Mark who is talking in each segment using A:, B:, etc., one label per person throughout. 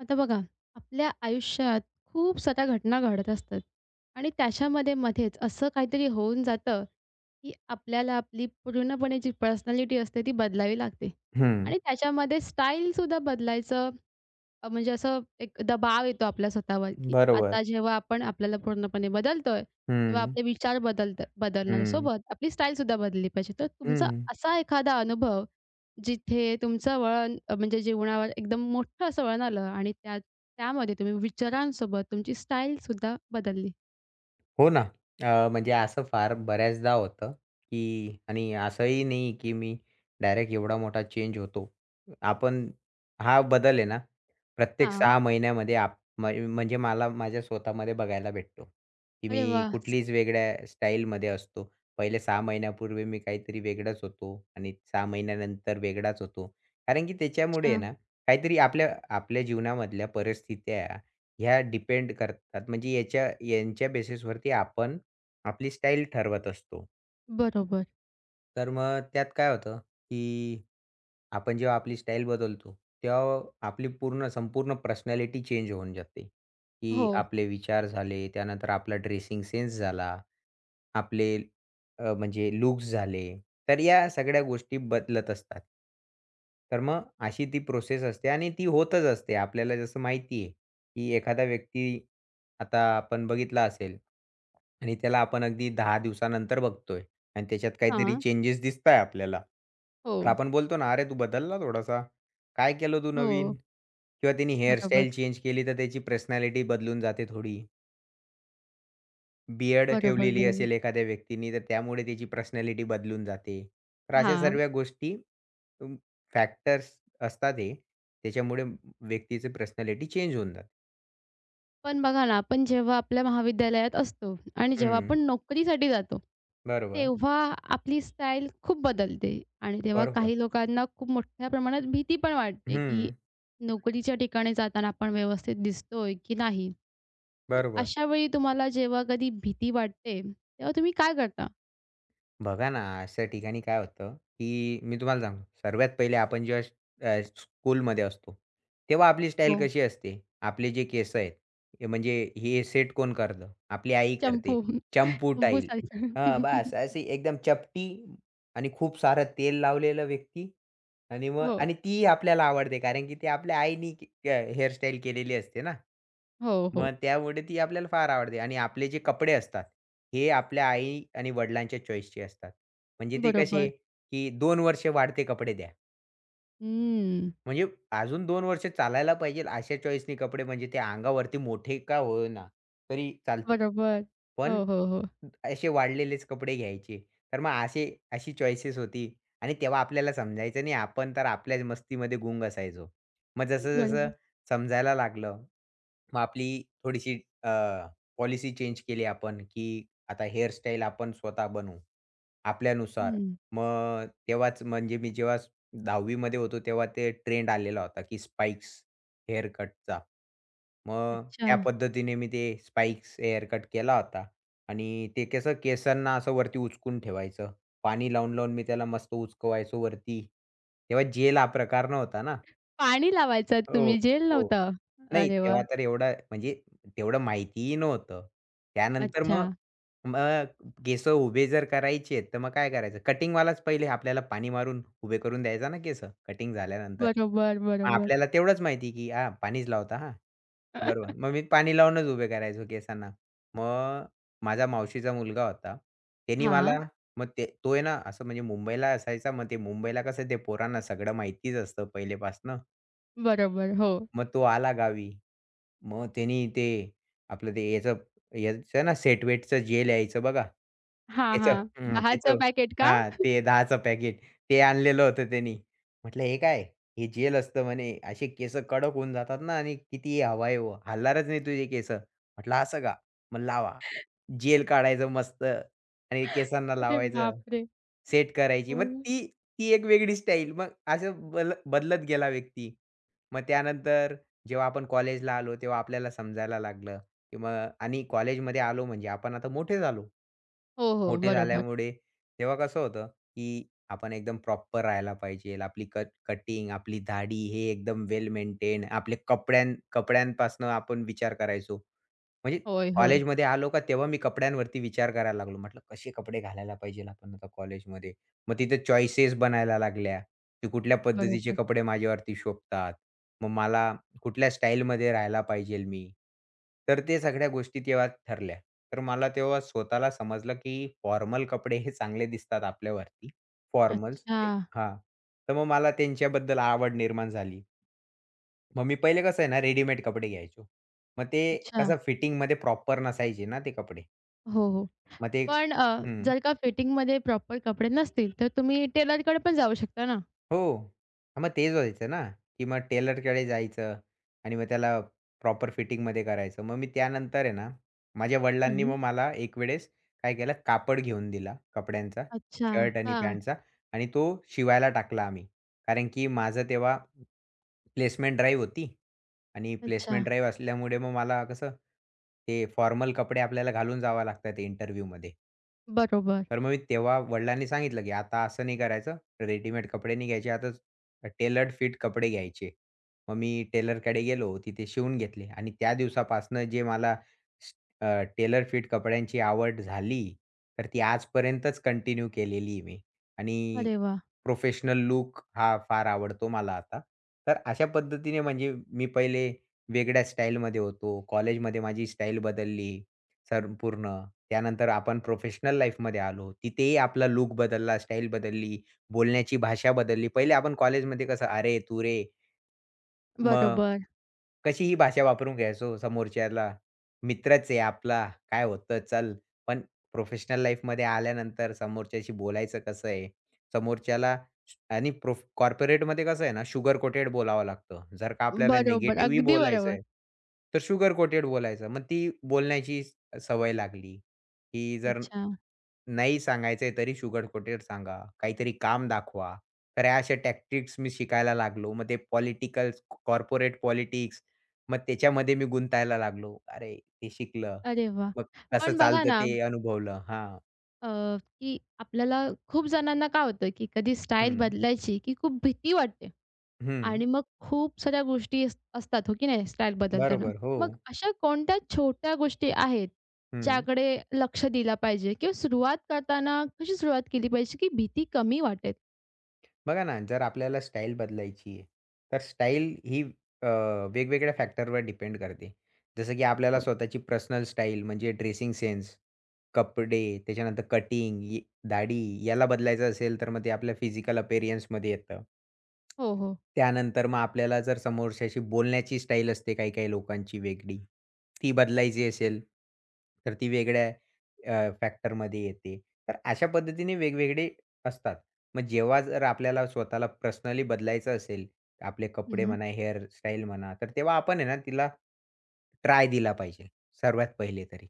A: आता बघा, आपल्या आयुष्यात खूप साऱ्या घटना घडत असतात आणि त्याच्यामध्ये मध्येच असं काहीतरी होऊन जातं, की आपल्याला आपली पूर्णपणे जी पर्सनॅलिटी असते ती बदलावी लागते
B: हं,
A: आणि त्याच्यामध्ये स्टाईलसुद्धा बदलायचं. म्हणजे असं एक दबाव येतो आपल्या स्वतःवर, की
B: बरोबर.
A: आता जेव्हा आपण आपल्याला पूर्णपणे बदलतोय, तेव्हा
B: हं,
A: आपले विचार बदलत
B: हं,
A: बदलण्यासोबत आपली स्टाईलसुद्धा बदलली पाहिजे. तर तुमचा
B: हं.
A: असा एखादा अनुभव जिथे तुमचं वळण म्हणजे जीवनावर एकदम मोठं असं वळण आलं आणि त्यामध्ये तुम्ही विचारांसोबत तुमची स्टाईलसुद्धा बदलली.
B: हो ना. म्हणजे असं फार बऱ्याचदा होतं, की आणि असंही नाही, की मी डायरेक्ट एवढा मोठा चेंज होतो. आपण हा बदल आहे ना, प्रत्येक
A: हां.
B: 6 महिन्यामध्ये आप म्ह म्हणजे मला माझ्या स्वतःमध्ये बघायला भेटतो, की
A: अरे
B: मी
A: वाह!
B: कुठलीच वेगळ्या स्टाईलमध्ये असतो. पहिले 6 महिन्यापूर्वी मी काहीतरी वेगळाच होतो आणि 6 महिन्यानंतर वेगळाच होतो. कारण की त्याच्यामुळे आहे
A: अच्छा.
B: ना, काहीतरी आपल्या आपल्या जीवनामधल्या परिस्थित्या ह्या डिपेंड करतात. म्हणजे यांच्या बेसिसवरती आपण आपली स्टाईल ठरवत असतो.
A: बरोबर.
B: तर मग त्यात काय होतं, की आपण जेव्हा आपली स्टाईल बदलतो, तेव्हा आपली संपूर्ण पर्सनॅलिटी चेंज होऊन जाते, की
A: हो.
B: आपले विचार झाले, त्यानंतर आपला ड्रेसिंग सेन्स झाला. आपले म्हणजे लुक्स झाले. तर या सगळ्या गोष्टी बदलत असतात. तर मग अशी ती प्रोसेस असते आणि ती होतच असते. आपल्याला जसं माहिती आहे, की एखादा व्यक्ती आता आपण बघितला असेल आणि त्याला आपण अगदी 10 दिवसानंतर बघतोय आणि त्याच्यात काहीतरी
A: हां.
B: चेंजेस दिसताय आपल्याला.
A: हो.
B: तर आपण बोलतो ना, "अरे, तू बदलला थोडासा. काय केलं तू
A: हो.
B: नवीन?" किंवा त्यानी
A: बरोबर.
B: हेअरस्टाईल चेंज केली, तर त्याची पर्सनॅलिटी बदलून जाते थोडी. बियर्ड
A: बरोबर,
B: ठेवलेली
A: बरोबर.
B: असेल एखाद्या व्यक्तीनी, तर त्यामुळे त्याची पर्सनॅलिटी बदलून जाते. तर अशा
A: हां.
B: सर्व गोष्टी तुम फॅक्टर्स असतात हे. त्याच्यामुळे व्यक्तीची पर्सनॅलिटी चेंज होऊन जाते.
A: पण बघा ना, आपण जेव्हा आपल्या महाविद्यालयात असतो आणि जेव्हा
B: हं.
A: आपण नोकरीसाठी जातो,
B: बरोबर.
A: तेव्हा आपली स्टाईल खूप बदलते आणि तेव्हा
B: बरोबर.
A: काही लोकांना खूप मोठ्या प्रमाणात भीती पण वाटते, की
B: हं.
A: नोकरीच्या ठिकाणी जाताना आपण व्यवस्थित दिसतोय की नाही? तर
B: बरोबर.
A: अशा वेळी तुम्हाला जेव्हा कधी भीती वाटते, तेव्हा तुम्ही काय करता?
B: बघा ना, अशा ठिकाणी काय होतं, की मी तुम्हाला सांगतो, सर्वात पहिले आपण जेव्हा स्कूलमध्ये असतो, तेव्हा आपली स्टाईल
A: हो.
B: कशी असते? आपले जे केस आहेत, हे म्हणजे हे सेट कोण करतं? आपली आई
A: चंपू,
B: करते. चंपू टाईल.
A: चंपूसारखं.
B: हां, बास अशी एकदम चपटी आणि खूप सारं तेल लावलेला व्यक्ती आणि मग
A: हो,
B: ती आपल्याला आवडते कारण की ती आपल्या आईनी हेअरस्टाईल केलेली असते ना.
A: हो, हो.
B: मग त्यामुळे ती आपल्याला फार आवडते आणि आपले जे कपडे असतात, हे आपल्या आई आणि वडिलांच्या चॉईसचे असतात. म्हणजे ते कसे,
A: बरोबर.
B: की 2 वर्ष वाढते कपडे द्या.
A: हम्म.
B: म्हणजे अजून 2 वर्ष चालायला पाहिजे अशा चॉईसनी कपडे म्हणजे ते अंगावरती मोठे का होईना, तरी चालतील.
A: बरोबर.
B: पण
A: हो, हो, हो.
B: असे वाढलेलेच कपडे घ्यायचे. तर मग अशी चॉईसेस होती आणि तेव्हा आपल्याला समजायचं नाही. आपण तर आपल्याच मस्तीमध्ये गुंग असायचो. मग
A: बरोबर.
B: जसं-जसं समजायला लागलं मग आपली थोडीशी पॉलिसी चेंज केली आपण, की आता हेअरस्टाईल आपण स्वतः बनवू, आपल्यानुसार.
A: हं.
B: मग तेव्हाच म्हणजे मी जेव्हा 10वी मध्ये होतो, तेव्हा ते ट्रेंड आलेला होता, की स्पाइक्स हेअर कटचा. मग
A: अच्छा.
B: त्या पद्धतीने मी ते स्पाइक्स हेअर कट केला होता आणि ते कसं केसांना असं वरती उचकून ठेवायचं. पाणी लावून-लावून मी त्याला मस्त उचकवायचो वरती. तेव्हा जेल हा प्रकार नव्हता ना.
A: पाणी लावायचात
B: हो,
A: तुम्ही, जेल
B: हो.
A: नव्हतं?
B: नाही,
A: अरे वाह!
B: तेव्हा तर एवढा म्हणजे तेवढं माहितीही नव्हतं. त्यानंतर
A: अच्छा.
B: मग मग केस उभे जर करायचे, तर मग काय करायचं? कटिंगवालाच पहिले आपल्याला पाणी मारून उभे करून द्यायचा ना केस कटिंग झाल्यानंतर.
A: बरोबर,
B: मग
A: बरोबर.
B: आपल्याला तेवढंच माहिती की हां, पाणीच लावता हां, बरोबर. मग मी पाणी लावूनच उभे करायचो केसांना. मग माझा मावशीचा मुलगा होता. त्यानी
A: हां,
B: मला मग तो आहे ना, असं म्हणजे मुंबईला असायचा. मग ते मुंबईला कसं ते पोरांना सगळं माहितीच असतं पहिलेपासनं.
A: बरोबर. हो.
B: मग तो आला गावी. मग त्यानी ते आपलं ते याचं याचं ना सेट जेल यायचं बघा.
A: हां, हां.
B: त्याचं हं,
A: 10चं
B: त्याचं
A: पॅकेट का?
B: हां, ते 10चं पॅकेट ते आणलेलं होतं त्यानी. म्हटलं, "हे काय? हे जेल असतं म्हणे. असे केस कडक होऊन जातात ना आणि कितीही हवा आहे हो, हलणारच नाही तुझे केस." म्हटलं, "असं का? मग लावा." जेल काढायचं मस्त आणि केसांना
A: अरे
B: लावायचं,
A: बापरे!
B: सेट करायची.
A: हो.
B: मग ती ती एक वेगळी स्टाईल. मग असं बदलत गेला व्यक्ती. मग त्यानंतर जेव्हा आपण कॉलेजला आलो, तेव्हा आपल्याला समजायला लागलं, की मग आणि कॉलेजमध्ये आलो म्हणजे आपण आता मोठे झालो.
A: हो, हो.
B: मोठे
A: बरोबर.
B: झाल्यामुळे तेव्हा कसं होतं, की आपण एकदम प्रॉपर राहायला पाहिजे. आपली कटिंग, आपली दाढी हे एकदम वेल मेंटेन. आपले कपड्यांपासून आपण विचार करायचो. म्हणजे
A: होय, होय.
B: कॉलेजमध्ये आलो का तेव्हा मी कपड्यांवरती विचार करायला लागलो. म्हटलं कसे कपडे घालायला पाहिजे आपण आता कॉलेजमध्ये. मग तिथे चॉईसेस बनायला लागल्या, की कुठल्या पद्धतीचे
A: बरोबर.
B: कपडे माझ्यावरती शोभतात. मग मला कुठल्या स्टाईलमध्ये राहायला पाहिजेल मी. तर ते सगळ्या गोष्टी तेव्हा ठरल्या. तर मला तेव्हा स्वतःला समजलं, की फॉर्मल कपडे हे चांगले दिसतात आपल्यावरती. फॉर्मल्स
A: अच्छा,
B: एक तर मग मला त्यांच्याबद्दल आवड निर्माण झाली. मग मी पहिले कसं आहे ना, रेडीमेड कपडे घ्यायचो. मग ते
A: अच्छा.
B: कसं फिटिंगमध्ये प्रॉपर नसायचे ना ते कपडे.
A: हो, हो.
B: मग ते
A: पण
B: हं.
A: जर का फिटिंगमध्ये प्रॉपर कपडे नसतील, तर तुम्ही टेलरकडे पण जाऊ शकता ना?
B: हो. हां, मग तेच व्हायचं ना, की मग टेलरकडे जायचं आणि मग त्याला प्रॉपर फिटिंगमध्ये करायचं. मग मी त्यानंतर आहे ना, माझ्या वडिलांनी
A: हं.
B: मग मला एक वेळेस काय केलं, कापड घेऊन दिला कपड्यांचा,
A: अच्छा.
B: शर्ट आणि
A: हां.
B: पॅन्टचा आणि तो शिवायला टाकला आम्ही. कारण की माझं तेव्हा प्लेसमेंट ड्राईव्ह होती आणि
A: अच्छा.
B: प्लेसमेंट ड्राईव्ह असल्यामुळे मग मला कसं, ते फॉर्मल कपडे आपल्याला घालून जावं लागतात इंटरव्ह्यूमध्ये.
A: बरोबर.
B: तर मग मी तेव्हा वडिलांनी सांगितलं, की "आता असं नाही करायचं. रेडीमेड कपडे नाही घ्यायचे. आता टेलर्ड फिट कपडे घ्यायचे." मग मी टेलरकडे गेलो. तिथे शिवून घेतले आणि त्या दिवसापासनं जे मला टेलर फिट कपड्यांची आवड झाली, तर ती आजपर्यंतच कंटिन्यू केलेली आहे मी आणि
A: अरे वाह!
B: प्रोफेशनल लूक हा फार आवडतो मला आता. तर अशा पद्धतीने म्हणजे मी पहिले वेगळ्या स्टाईलमध्ये होतो. कॉलेजमध्ये माझी स्टाईल बदलली. संपूर्ण. त्यानंतर आपण प्रोफेशनल लाईफमध्ये आलो. तिथेही आपला लूक बदलला, स्टाईल बदलली, बोलण्याची भाषा बदलली. पहिले आपण कॉलेजमध्ये कसं, "अरे, तू रे," मग
A: बरोबर.
B: कशीही भाषा वापरून घ्यायचो समोरच्याला. मित्रच आहे आपला, काय होतं चल. पण प्रोफेशनल लाईफमध्ये आल्यानंतर समोरच्याशी बोलायचं कसं आहे? समोरच्याला आणि कॉर्पोरेटमध्ये कसं आहे ना शुगर कोटेड बोलावं लागतं. जर का आपल्याला
A: बरोबर.
B: निगेटिव्हही
A: अगदी
B: बोलायचं
A: बरोबर.
B: आहे, तर शुगर कोटेड बोलायचं. मग ती बोलण्याची सवय लागली. की जर
A: अच्छा.
B: नाही सांगायचंय तरी शुगर-कोटेड सांगा. काहीतरी काम दाखवा. तर ह्या अशा टॅक्टिक्स मी शिकायला लागलो. मग ते कॉर्पोरेट पॉलिटिक्स मग त्याच्यामध्ये मी गुंतायला लागलो. अरे, ते शिकलं.
A: अरे वाह!
B: मग कसं
A: पण बघा
B: चालतं
A: ना,
B: ते अनुभवलं. हां.
A: अ, की आपल्याला खूप जणांना काय होतं, की कधी स्टाईल
B: हं.
A: बदलायची की खूप भीती वाटते
B: हं.
A: आणि मग खूप साऱ्या गोष्टी असतात, हो की नाही, स्टाईल बदलताना.
B: बरोबर. हो.
A: मग अशा कोणत्या छोट्या गोष्टी आहेत,
B: हं.
A: ज्याकडे लक्ष दिलं पाहिजे किंवा सुरुवात करताना कशी सुरुवात केली पाहिजे, की भीती कमी वाटेल?
B: बघा ना, जर आपल्याला स्टाईल बदलायची आहे, तर स्टाईल ही अ, वेगवेगळ्या फॅक्टरवर डिपेंड करते. जसं की आपल्याला
A: हो,
B: स्वतःची पर्सनल स्टाईल म्हणजे ड्रेसिंग सेन्स, कपडे, त्याच्यानंतर कटिंग, दाढी याला बदलायचं असेल, तर मग ते आपल्या फिजिकल अपीअरन्समध्ये येतं.
A: हो, हो.
B: त्यानंतर मग आपल्याला जर समोरच्याशी बोलण्याची स्टाईल असते काही-काही लोकांची वेगळी, ती बदलायची असेल, तर ती वेगळ्या फॅक्टरमध्ये येते. तर अशा पद्धतीने वेगवेगळे असतात. मग जेव्हा जर आपल्याला स्वतःला पर्सनली बदलायचं असेल, आपले कपडे
A: हं,
B: म्हणा, हेअर स्टाईल म्हणा, तर तेव्हा आपण आहे ना तिला ट्राय दिला पाहिजे, सर्वात पहिले तरी.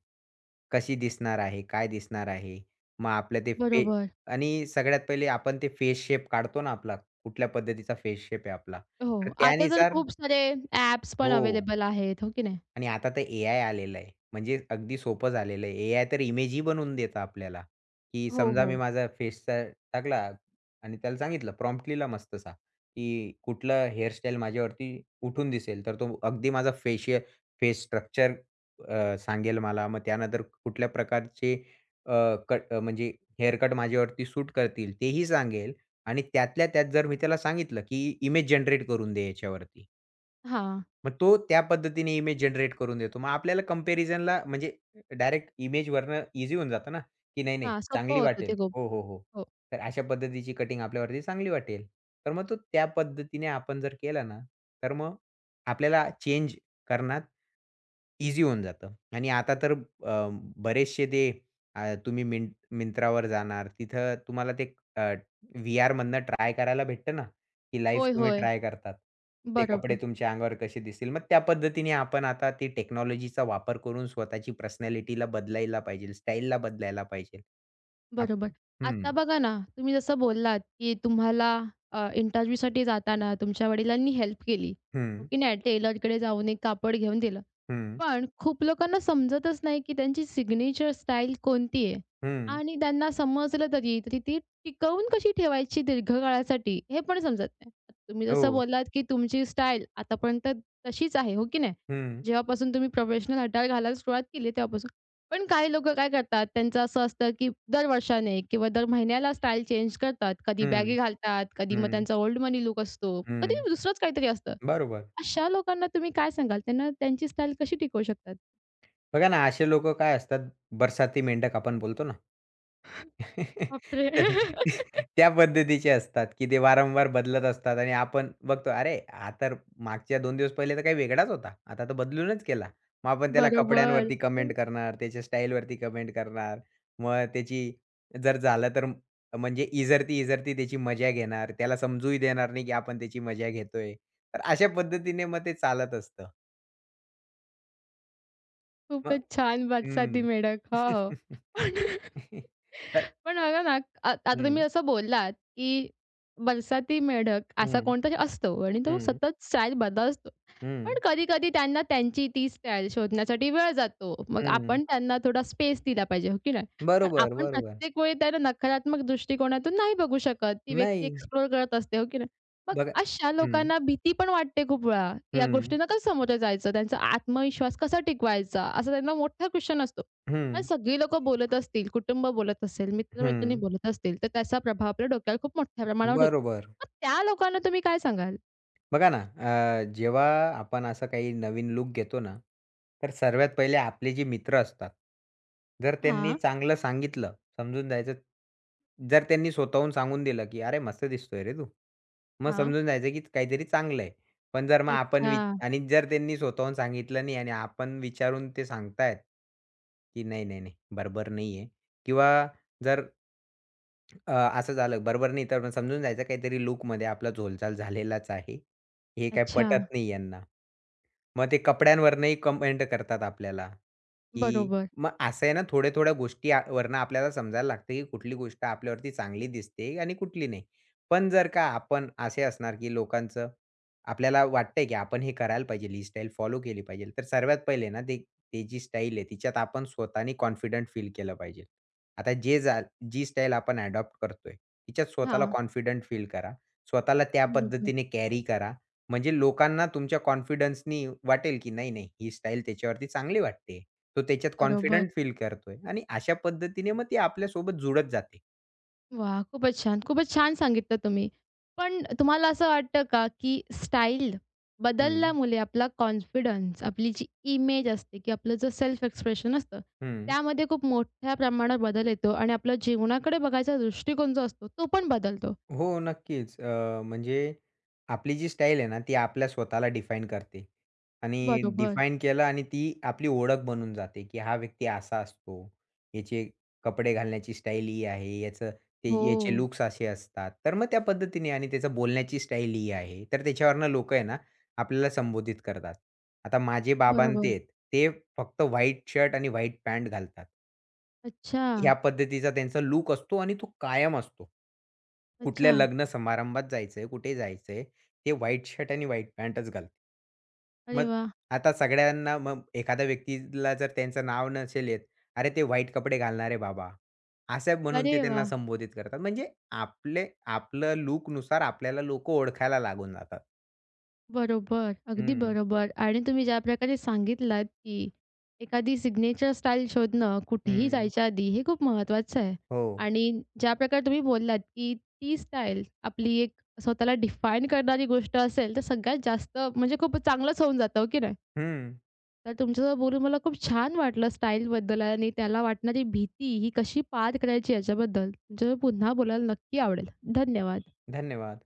B: कशी दिसणार आहे? काय दिसणार आहे? मग आपलं ते
A: बरोबर.
B: आणि सगळ्यात पहिले आपण ते फेस शेप काढतो ना आपला, कुठल्या पद्धतीचा फेस शेप आहे आपला,
A: हो,
B: तर
A: आता तर
B: त्यानुसार
A: खूप सारे ॲप्स पण
B: हो.
A: अवेलेबल आहेत, हो की नाही?
B: आणि आता तर एआय आलेलं आहे. म्हणजे अगदी सोपं झालेलं आहे. एआय तर इमेजही बनवून देतं आपल्याला, की
A: हो,
B: समजा मी
A: हो.
B: माझा फेसचा टाकला आणि त्याला सांगितलं प्रॉम्प्ट लिहिला मस्तसा, की कुठलं हेअरस्टाईल माझ्यावरती उठून दिसेल, तर तो अगदी माझा फेस स्ट्रक्चर सांगेल मला. मग त्यानंतर कुठल्या प्रकारचे अ, म्हणजे हेअर कट माझ्यावरती सूट करतील तेही सांगेल आणि त्यातल्या त्यात जर मी त्याला सांगितलं, की इमेज जनरेट करून दे याच्यावरती,
A: हां,
B: मग तो त्या पद्धतीने इमेज जनरेट करून देतो. मग आपल्याला कंपॅरिझनला म्हणजे डायरेक्ट इमेजवरनं ईझी होऊन जातं ना, की नाही, नाही
A: हां, सोपं
B: चांगली
A: होतं ते
B: वाटेल.
A: खूप.
B: हो, हो, हो.
A: हो.
B: तर अशा पद्धतीची कटिंग आपल्यावरती चांगली वाटेल. तर मग तो त्या पद्धतीने आपण जर केला ना, तर मग आपल्याला चेंज करण्यात ईझी होऊन जातं आणि आता तर बरेचसे ते तुम्ही Myntraवर जाणार तिथं तुम्हाला ते अ, व्हीआरमधनं ट्राय करायला भेटतं ना, की लाईव्ह
A: होय,
B: तुम्ही
A: होय.
B: ट्राय करतात. ते कपडे
A: बरोबर,
B: तुमच्या अंगावर कसे दिसतील. मग त्या पद्धतीने आपण आता ती टेक्नॉलॉजीचा वापर करून स्वतःची पर्सनॅलिटीला बदलायला पाहिजे, स्टाईलला बदलायला पाहिजे. आप
A: बरोबर.
B: हं,
A: आता बघा ना, तुम्ही जसं बोललात, की तुम्हाला इंटरव्ह्यूसाठी जाताना तुमच्या वडिलांनी हेल्प केली. हो
B: हं,
A: की नाही? टेलरकडे जाऊन एक कापड घेऊन दिलं.
B: हं,
A: पण खूप लोकांना समजतच नाही, की त्यांची सिग्नेचर स्टाईल कोणती आहे?
B: हं.
A: आणि त्यांना समजलं तरी, ती टिकवून कशी ठेवायची दीर्घकाळासाठी हे पण समजत नाही. तुम्ही
B: हो.
A: जसं बोललात, की तुमची स्टाईल आतापर्यंत तशीच आहे, हो की नाही?
B: हं,
A: जेव्हापासून तुम्ही प्रोफेशनल अटायर घालायला सुरुवात केली तेव्हापासून. पण काही लोकं काय करतात, त्यांचं असं असतं, की दर वर्षाने किंवा दर महिन्याला स्टाईल चेंज करतात. कधी
B: हं,
A: बॅगी घालतात, कधी मग
B: हं,
A: त्यांचा ओल्ड मनी लूक असतो, कधी
B: हं.
A: दुसरंच काहीतरी असतं.
B: बरोबर.
A: अशा लोकांना तुम्ही काय सांगाल? त्यांना त्यांची स्टाईल कशी टिकवू शकतात?
B: बघा ना, असे लोकं काय असतात, बरसाती मेंढक आपण बोलतो ना.
A: बापरे!
B: तर त्या पद्धतीचे असतात, की ते वारंवार बदलत असतात आणि आपण बघतो, "अरे, हा तर मागच्या 2 दिवस पहिले तर काही वेगळाच होता. आता तर बदलूनच केला." मग आपण त्याला
A: बरोबर.
B: कपड्यांवरती कमेंट करणार, त्याच्या स्टाईलवरती कमेंट करणार. मग त्याची जर झालं तर म- म्हणजे इजरती-इजरती त्याची मजा घेणार. त्याला समजूही देणार नाही, की आपण त्याची मजा घेतोय. तर अशा पद्धतीने मग ते चालत असतं. मग
A: खूपच छान बादशाह
B: हं.
A: मेढक. हो, हो. पण
B: तर
A: पण बघा ना, आता तुम्ही
B: हं,
A: असं बोललात, की बरसाती मेढक असा
B: हं,
A: कोणतरी असतो आणि तो
B: हं,
A: सतत स्टाईल बदलतो. पण
B: हं,
A: कधी-कधी त्यांना त्यांची ती स्टाईल शोधण्यासाठी वेळ जातो. मग
B: हं.
A: आपण त्यांना थोडा स्पेस दिला पाहिजे, हो की नाही? पण
B: बरोबर,
A: आपण
B: बरोबर.
A: प्रत्येक वेळी त्याला नकारात्मक दृष्टिकोनातून नाही बघू शकत. ती व्यक्ती
B: नाही
A: एक्सप्लोर करत असते, हो की नाही? मग
B: बघा
A: अशा
B: हं,
A: लोकांना भीती पण वाटते खूप वेळा. या
B: हं,
A: गोष्टींना कसं सामोरं जायचं? त्यांचा आत्मविश्वास कसा टिकवायचा? असा त्यांना मोठा क्वेशन असतो.
B: हं,
A: आणि सगळी लोकं बोलत असतील, कुटुंब बोलत असेल, मित्र-मैत्रिणी
B: हं.
A: बोलत असतील, तर त्याचा प्रभाव आपल्या डोक्यावर खूप मोठ्या प्रमाणावर होतो.
B: बरोबर.
A: मग त्या लोकांना तुम्ही काय सांगाल?
B: बघा ना, जेव्हा आपण असं काही नवीन लूक घेतो ना, तर सर्वात पहिले आपले जे मित्र असतात, जर त्यांनी
A: हां,
B: चांगलं सांगितलं, समजून जायचं जर त्यांनी स्वतःहून सांगून दिलं, की "अरे, मस्त दिसतोय रे तू." मग
A: हां.
B: समजून जायचं, की काहीतरी चांगलं आहे. पण जर मग आपण
A: अच्छा,
B: आणि जर त्यांनी स्वतःहून सांगितलं नाही आणि आपण विचारून ते सांगतायत, की "नाही, नाही, नाही, बरोबर नाही आहे." किंवा जर अ, असं झालं बरोबर नाही तर मग समजून जायचं काहीतरी लूकमध्ये आपला झोलचाल झालेलाच आहे. हे काही
A: अच्छा.
B: पटत नाही यांना. मग ते कपड्यांवरनंही कमेंट करतात आपल्याला, की
A: बरोबर.
B: मग असं आहे ना थोड्या-थोड्या गोष्टी वरनं आपल्याला समजायला लागते, की कुठली गोष्ट आपल्यावरती चांगली दिसते आणि कुठली नाही. पण जर का आपण असे असणार, की लोकांचं आपल्याला वाटतंय, की आपण हे करायला पाहिजे, ही स्टाईल फॉलो केली पाहिजे. तर सर्वात पहिले ना ते ते जी स्टाईल आहे तिच्यात आपण स्वतःनी कॉन्फिडंट फील केलं पाहिजे. आता जे जा जी स्टाईल आपण अडॉप्ट करतोय, तिच्यात स्वतःला
A: हां.
B: कॉन्फिडंट फील करा. स्वतःला त्या
A: बरोबर,
B: पद्धतीने कॅरी करा म्हणजे लोकांना तुमच्या कॉन्फिडन्सनी वाटेल, की नाही, नाही ही स्टाईल त्याच्यावरती चांगली वाटते. तो त्याच्यात
A: बरोबर.
B: कॉन्फिडंट फील करतोय आणि अशा पद्धतीने मग ती आपल्यासोबत जुळत जाते.
A: वाह! खूपच छान. खूपच छान सांगितलं तुम्ही. पण तुम्हाला असं वाटतं का, की स्टाईल
B: हं.
A: बदलल्यामुळे आपला कॉन्फिडन्स, आपली जी इमेज असते, की आपलं जे सेल्फ एक्सप्रेशन असतं,
B: हं.
A: त्यामध्ये खूप मोठ्या प्रमाणात बदल येतो आणि आपल्या जीवनाकडे बघायचा दृष्टिकोन जो असतो, तो पण बदलतो.
B: हो, नक्कीच. म्हणजे आपली जी स्टाईल आहे ना, ती आपल्या स्वतःला डिफाईन करते आणि
A: बरोबर.
B: डिफाईन केलं आणि ती आपली ओळख बनून जाते, की हा व्यक्ती असा असतो. याचे कपडे घालण्याची स्टाईल ही आहे. याचं ते
A: हो.
B: याचे लुक्स असे असतात. तर मग त्या पद्धतीने आणि त्याचं बोलण्याची स्टाईल ही आहे. तर त्याच्यावरनं लोकं आहे ना, आपल्याला संबोधित करतात. आता माझे ते
A: बरोबर.
B: आहेत. ते फक्त व्हाईट शर्ट आणि व्हाईट पॅन्ट घालतात.
A: अच्छा.
B: ह्या पद्धतीचा त्यांचा लूक असतो आणि तो कायम असतो.
A: अच्छा.
B: कुठल्या लग्न समारंभात जायचंय, कुठे जायचंय, ते व्हाईट शर्ट आणि व्हाईट पॅन्टच घालतात.
A: अरे
B: मग
A: वाह!
B: आता सगळ्यांना मग एखाद्या व्यक्तीला जर त्यांचं नाव नसेल येत, "अरे, ते व्हाईट कपडे घालणारे बाबा," असं म्हणून
A: अरे
B: ते त्यांना
A: वाह!
B: संबोधित करतात. म्हणजे आपले आपलं लूकनुसार आपल्याला लोकं ओळखायला लागून जातात.
A: बरोबर. अगदी
B: हं,
A: बरोबर आणि तुम्ही ज्या प्रकारे सांगितलात, की एखादी सिग्नेचर स्टाईल शोधणं कुठेही
B: हं.
A: जायच्या आधी हे खूप महत्त्वाचं आहे
B: हो.
A: आणि ज्या प्रकारे तुम्ही बोललात, की ती स्टाईल आपली एक स्वतःला डिफाईन करणारी गोष्ट असेल, तर सगळ्यात जास्त म्हणजे खूप चांगलंच होऊन जातं, हो की नाही?
B: हं.
A: तर तुमच्यासोबत बोलून मला खूप छान वाटलं स्टाईलबद्दल आणि त्याला वाटणारी भीती ही कशी पार करायची याच्याबद्दल. तुमच्यासोबत पुन्हा बोलायला नक्की आवडेल. धन्यवाद.
B: धन्यवाद.